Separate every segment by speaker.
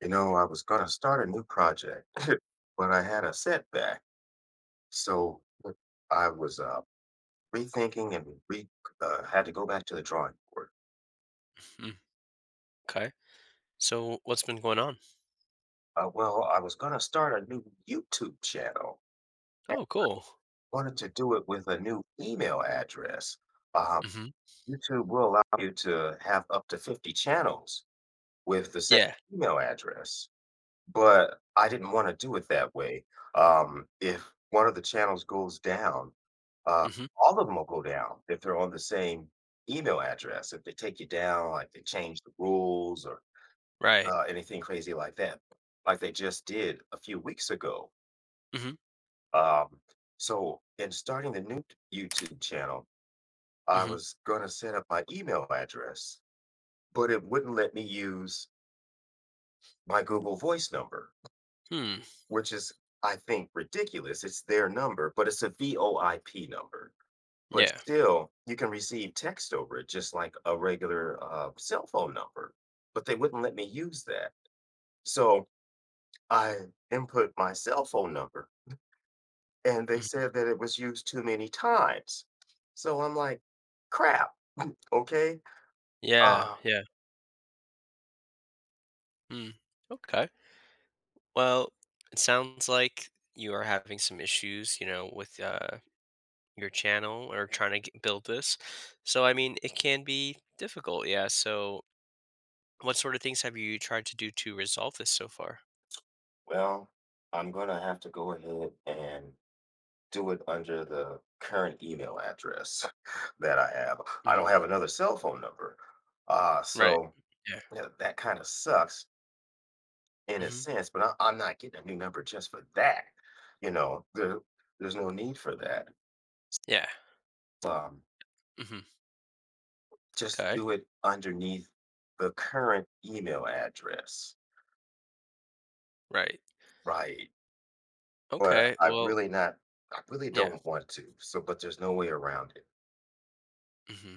Speaker 1: You know, I was going to start a new project, but I had a setback. So I was rethinking and re- had to go back to the drawing board.
Speaker 2: Mhm. Okay. So what's been going on?
Speaker 1: Well, I was going to start a new YouTube channel and
Speaker 2: Oh, cool.
Speaker 1: wanted to do it with a new email address. Um,
Speaker 2: Hmm.
Speaker 1: YouTube will allow you to have up to 50 channels with the same
Speaker 2: Yeah.
Speaker 1: email address. But I didn't wanna do it that way. If one of the channels goes down, uh,
Speaker 2: Hmm.
Speaker 1: all of them will go down if they're on the same email address. If they take you down, like, they change the rules or,
Speaker 2: Right.
Speaker 1: anything crazy like that, like they just did a few weeks ago.
Speaker 2: Hmm.
Speaker 1: Um, so in starting the new YouTube channel, I
Speaker 2: Hmm.
Speaker 1: was gonna set up my email address, but it wouldn't let me use my Google Voice number.
Speaker 2: Hmm.
Speaker 1: Which is, I think, ridiculous. It's their number, but it's a VoIP number. But
Speaker 2: Yeah.
Speaker 1: still, you can receive text over it just like a regular cell phone number. But they wouldn't let me use that. So I input my cell phone number and they
Speaker 2: Hmm.
Speaker 1: said that it was used too many times. So I'm like, crap, okay.
Speaker 2: Yeah.
Speaker 1: Uh,
Speaker 2: Yeah. Hmm. Okay. Well, it sounds like you are having some issues, you know, with your channel or trying to get, build this. So, I mean, it can be difficult. Yeah. So, what sort of things have you tried to do to resolve this so far?
Speaker 1: well, I'm going to have to go ahead and do it under the current email address that I have. I
Speaker 2: Mm.
Speaker 1: don't have another cell phone number.
Speaker 2: Right.
Speaker 1: So
Speaker 2: Yeah.
Speaker 1: yeah, that kind of sucks in a
Speaker 2: Hmm.
Speaker 1: sense, but I'm not getting a new number just for that. You know, there's no need for that.
Speaker 2: Yeah.
Speaker 1: Um,
Speaker 2: Hmm.
Speaker 1: just
Speaker 2: Okay.
Speaker 1: do it underneath the current email address,
Speaker 2: Right.
Speaker 1: right? But
Speaker 2: Okay.
Speaker 1: I
Speaker 2: Well,
Speaker 1: really not, I really
Speaker 2: yeah.
Speaker 1: don't want to. So, but there's no way around it.
Speaker 2: Hmm.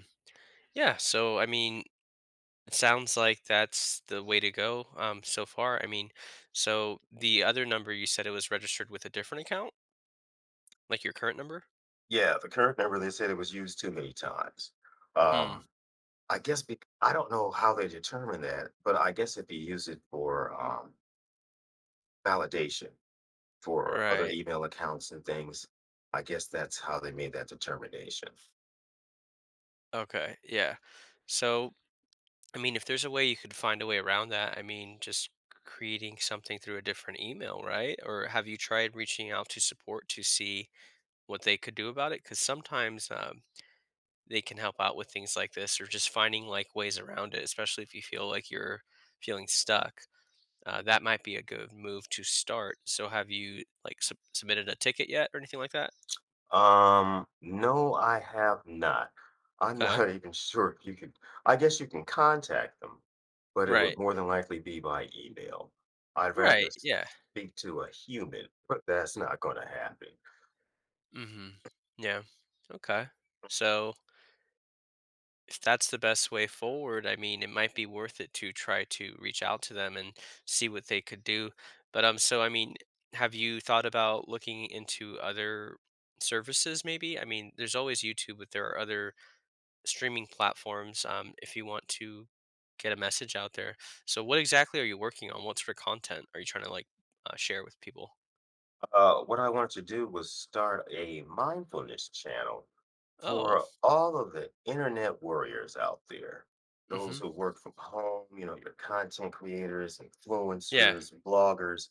Speaker 2: Yeah. So, I mean, it sounds like that's the way to go so far. I mean, so the other number you said it was registered with a different account, like your current number?
Speaker 1: Yeah, the current number they said it was used too many times.
Speaker 2: Hmm.
Speaker 1: Um, I guess bec I don't know how they determine that, but I guess if you use it for, validation for other
Speaker 2: Right.
Speaker 1: email accounts and things, I guess that's how they made that determination.
Speaker 2: Okay. Yeah. So, I mean, if there's a way you could find a way around that, I mean, just creating something through a different email, right? Or have you tried reaching out to support to see what they could do about it? Because sometimes, they can help out with things like this or just finding like ways around it, especially if you feel like you're feeling stuck. That might be a good move to start. So have you like submitted a ticket yet or anything like that?
Speaker 1: No, I have not. I'm
Speaker 2: Okay.
Speaker 1: not even sure if you could. I guess you can contact them, but it
Speaker 2: Right.
Speaker 1: would more than likely be by email. I'd rather
Speaker 2: Right.
Speaker 1: s
Speaker 2: Yeah.
Speaker 1: speak to a human, but that's not gonna happen.
Speaker 2: Hmm. Yeah. Okay. So if that's the best way forward, I mean, it might be worth it to try to reach out to them and see what they could do. But so I mean, have you thought about looking into other services? Maybe I mean, there's always YouTube, but there are other streaming platforms. If you want to get a message out there, so what exactly are you working on? What sort of content are you trying to like share with people?
Speaker 1: What I wanted to do was start a mindfulness channel
Speaker 2: Oh,
Speaker 1: for all of the internet warriors out there, those
Speaker 2: mm-hmm.
Speaker 1: who work from home, you know, your content creators,
Speaker 2: Yeah.
Speaker 1: influencers, bloggers,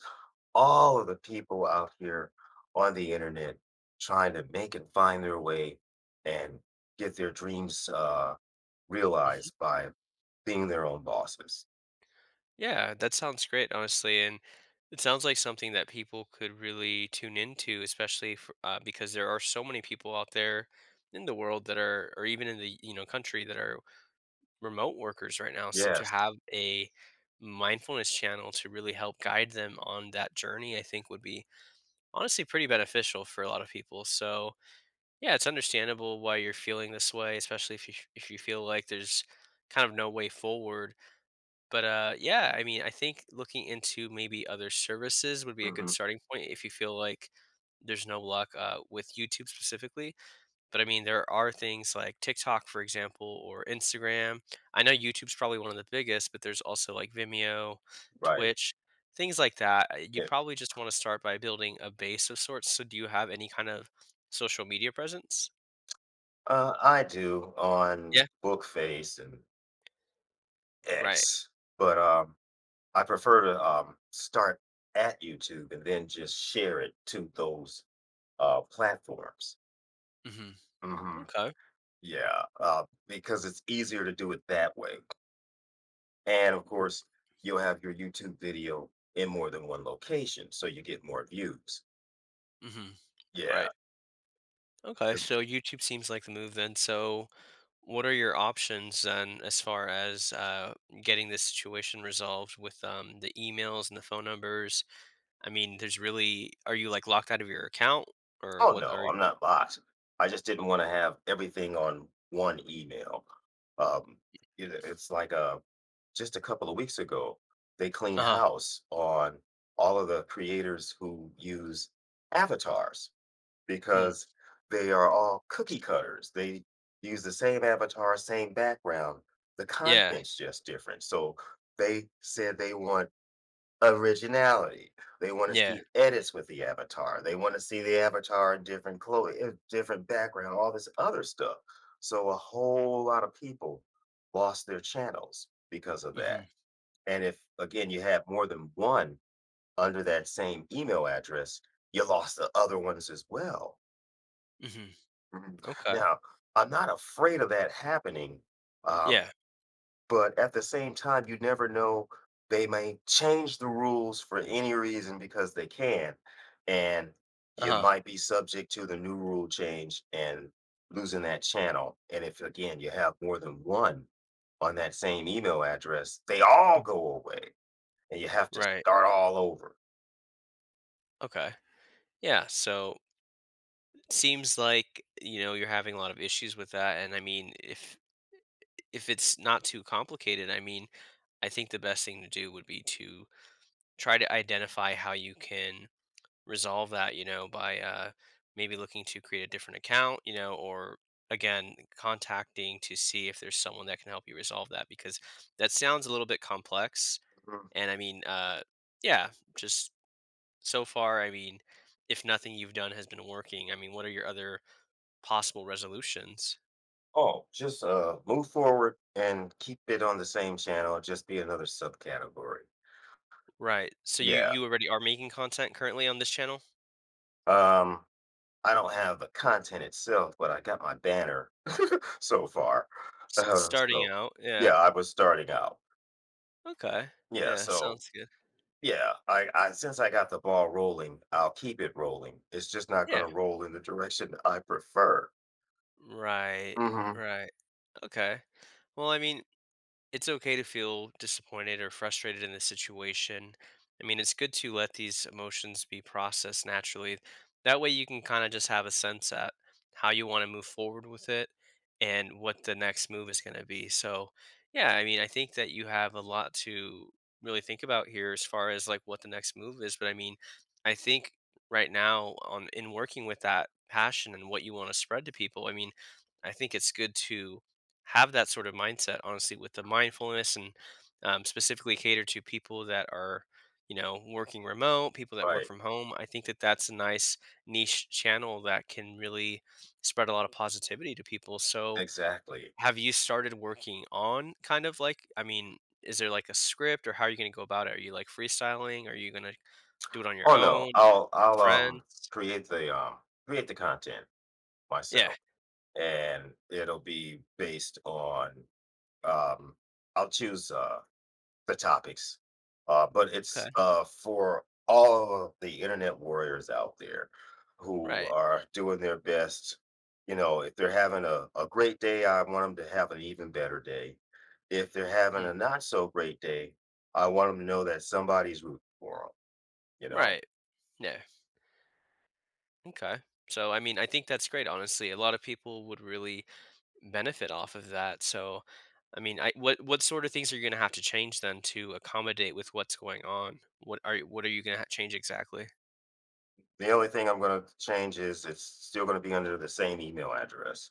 Speaker 1: all of the people out here on the internet trying to make and find their way and get their dreams realized by being their own bosses.
Speaker 2: Yeah, that sounds great, honestly, and it sounds like something that people could really tune into, especially for, because there are so many people out there in the world that are, or even in the, you know, country that are remote workers right now. So to
Speaker 1: Yes.
Speaker 2: have a mindfulness channel to really help guide them on that journey, I think would be honestly pretty beneficial for a lot of people. So yeah, it's understandable why you're feeling this way, especially if you, if you feel like there's kind of no way forward, but, yeah, I mean, I think looking into maybe other services would be a good
Speaker 1: Hmm.
Speaker 2: starting point if you feel like there's no luck, with YouTube specifically. But, I mean, there are things like TikTok, for example, or Instagram. I know YouTube's probably one of the biggest, but there's also, like, Vimeo,
Speaker 1: Right.
Speaker 2: Twitch, things like that. You'd
Speaker 1: Yeah.
Speaker 2: probably just wanna start by building a base of sorts. So do you have any kind of social media presence?
Speaker 1: I do
Speaker 2: Yeah.
Speaker 1: on Bookface and
Speaker 2: Right.
Speaker 1: X, but I prefer to start at YouTube and then just share it to those platforms.
Speaker 2: Mhm.
Speaker 1: Hmm.
Speaker 2: Okay.
Speaker 1: Yeah, because it's easier to do it that way. And of
Speaker 2: R
Speaker 1: course, you'll have your YouTube video in more than one location, so you get more views.
Speaker 2: mhm. Right.
Speaker 1: Yeah,
Speaker 2: Okay,
Speaker 1: 'cause-
Speaker 2: so YouTube seems like the move then. So, what are your options then as far as getting this situation resolved with the emails and the phone numbers? I mean, there's really, are you like locked out of your account or
Speaker 1: oh
Speaker 2: what
Speaker 1: no,
Speaker 2: are
Speaker 1: I'm not locked. I just didn't want to have everything on one email. Um, you know, it's like a just a couple of weeks ago, they
Speaker 2: Uh
Speaker 1: cleaned
Speaker 2: huh.
Speaker 1: house on all of the creators who use avatars
Speaker 2: Hmm.
Speaker 1: because they are all cookie cutters. They use the same avatar, same background. The
Speaker 2: Yeah.
Speaker 1: content's just different. So they said they want originality. They want to
Speaker 2: Yeah.
Speaker 1: see edits with the avatar. They want to see the avatar in different clothes, in different background, all this other stuff. So a whole lot of people lost their channels because of
Speaker 2: Hmm.
Speaker 1: that, and if, again, you have more than one under that same email address, you lost the other ones as well.
Speaker 2: Hmm.
Speaker 1: Mhm.
Speaker 2: Okay.
Speaker 1: Now, I'm not afraid of that happening, um,
Speaker 2: Yeah.
Speaker 1: but at the same time, you never know. They may change the rules for any reason because they can, and
Speaker 2: Uh
Speaker 1: you
Speaker 2: huh.
Speaker 1: might be subject to the new rule change and losing that channel. And if, again, you have more than one on that same email address, they all go away and you have to
Speaker 2: Right.
Speaker 1: start all over.
Speaker 2: Okay. Yeah. So it seems like you know you're having a lot of issues with that, and I mean, if it's not too complicated, I mean, I think the best thing to do would be to try to identify how you can resolve that, you know, by maybe looking to create a different account, you know, or again, contacting to see if there's someone that can help you resolve that because that sounds a little bit complex.
Speaker 1: Mhm.
Speaker 2: And I mean, yeah, just so far, I mean, if nothing you've done has been working, I mean, what are your other possible resolutions?
Speaker 1: Oh, just move forward and keep it on the same channel. Just be another subcategory.
Speaker 2: Right. So you,
Speaker 1: Yeah.
Speaker 2: already are making content currently on this channel?
Speaker 1: Um, I don't have the content itself, but I got my banner so far. Uh,
Speaker 2: Starting
Speaker 1: so,
Speaker 2: out. Yeah.
Speaker 1: yeah, I was starting out.
Speaker 2: Okay.
Speaker 1: Yeah.
Speaker 2: Yeah,
Speaker 1: So,
Speaker 2: sounds good.
Speaker 1: yeah, I since I got the ball rolling, I'll keep it rolling. It's just not going
Speaker 2: Yeah.
Speaker 1: to roll in the direction I prefer.
Speaker 2: Right,
Speaker 1: Mhm.
Speaker 2: right. Okay. Well, I mean, it's okay to feel disappointed or frustrated in this situation. I mean, it's good to let these emotions be processed naturally. That way, you can kind of just have a sense at how you want to move forward with it and what the next move is going to be. So, yeah, I mean, I think that you have a lot to really think about here as far as like what the next move is. But I mean, I think right now, on in working with that passion and what you want to spread to people, I mean, I think it's good to have that sort of mindset honestly with the mindfulness and specifically cater to people that are, you know, working remote, people that work
Speaker 1: Right.
Speaker 2: from home. I think that that's a nice niche channel that can really spread a lot of positivity to people. So
Speaker 1: Exactly.
Speaker 2: have you started working on kind of like, I mean, is there like a script or how are you going to go about it? Are you like freestyling? Are you going to do it on your
Speaker 1: Oh,
Speaker 2: own,
Speaker 1: no.
Speaker 2: have
Speaker 1: I'll,
Speaker 2: friends?
Speaker 1: create the, um create the content
Speaker 2: Yeah.
Speaker 1: myself, and it'll be based on, um I'll choose, the topics, uh, but it's,
Speaker 2: Okay.
Speaker 1: uh, for all of the internet warriors out there who
Speaker 2: Right.
Speaker 1: are doing their best. You know, if they're having a great day, I want them to have an even better day. If they're having
Speaker 2: Hmm.
Speaker 1: a not so great day, I want them to know that somebody's rooting for them, you know?
Speaker 2: Right. Yeah. Okay. So, I mean, I think that's great, honestly. A lot of people would really benefit off of that. So, I mean, I what sort of things are you going to have to change then to accommodate with what's going on? What are you going to change exactly?
Speaker 1: The only thing I'm gonna change is it's still gonna be under the same email address.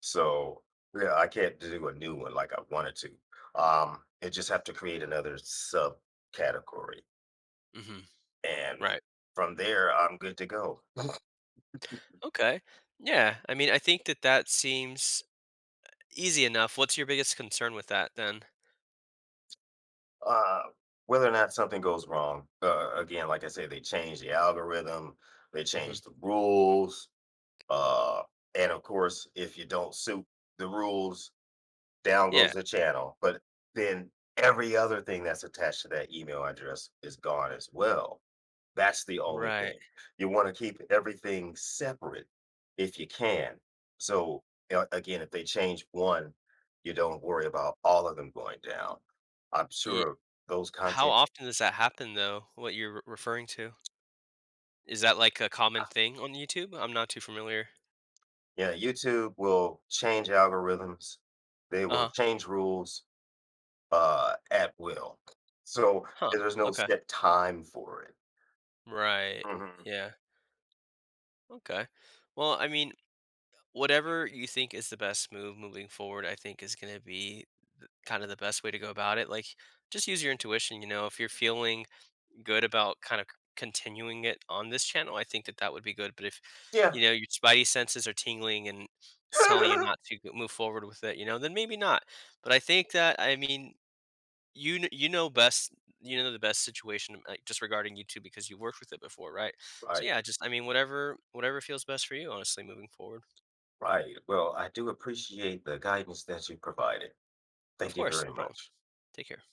Speaker 1: So, yeah, I can't do a new one like I wanted to. It just have to create another subcategory.
Speaker 2: Hmm.
Speaker 1: And
Speaker 2: Right.
Speaker 1: from there, I'm good to go.
Speaker 2: Okay. Yeah. I mean, I think that that seems easy enough. What's your biggest concern with that then?
Speaker 1: Uh, whether or not something goes wrong, again, like I said, they change the algorithm, they
Speaker 2: Hmm.
Speaker 1: change the rules. Uh, and of course, if you don't suit the rules, down goes
Speaker 2: Yeah.
Speaker 1: the channel. But then every other thing that's attached to that email address is gone as well. That's the only
Speaker 2: Right.
Speaker 1: thing. You want to keep everything separate if you can. So, again, if they change one, you don't worry about all of them going down. I'm
Speaker 2: Ye-
Speaker 1: sure those
Speaker 2: How
Speaker 1: content,
Speaker 2: often does that happen though? What you're referring to? Is that like a common thing on YouTube? I'm not too familiar.
Speaker 1: Yeah, YouTube will change algorithms, they
Speaker 2: Uh
Speaker 1: will
Speaker 2: huh.
Speaker 1: change rules at will. So,
Speaker 2: Huh.
Speaker 1: there's no
Speaker 2: Okay.
Speaker 1: set time for it.
Speaker 2: Right.
Speaker 1: Mhm.
Speaker 2: Yeah. Okay. Well, I mean, whatever you think is the best move moving forward, I think is going to be kind of the best way to go about it. Like, just use your intuition. You know, if you're feeling good about kind of continuing it on this channel, I think that that would be good. But if, you
Speaker 1: Yeah.
Speaker 2: know, your spidey senses are tingling and it's telling you not to move forward with it, you know, then maybe not. But I think that, I mean, you kn you know best, you know the best situation, like, just regarding YouTube because you worked with it before, right? So,
Speaker 1: Right,
Speaker 2: yeah, just I mean, whatever feels best for you, honestly, moving forward.
Speaker 1: right. Well, I do appreciate the guidance that you provided.
Speaker 2: Of
Speaker 1: Thank you
Speaker 2: course,
Speaker 1: very
Speaker 2: no problem.
Speaker 1: much.
Speaker 2: Take care.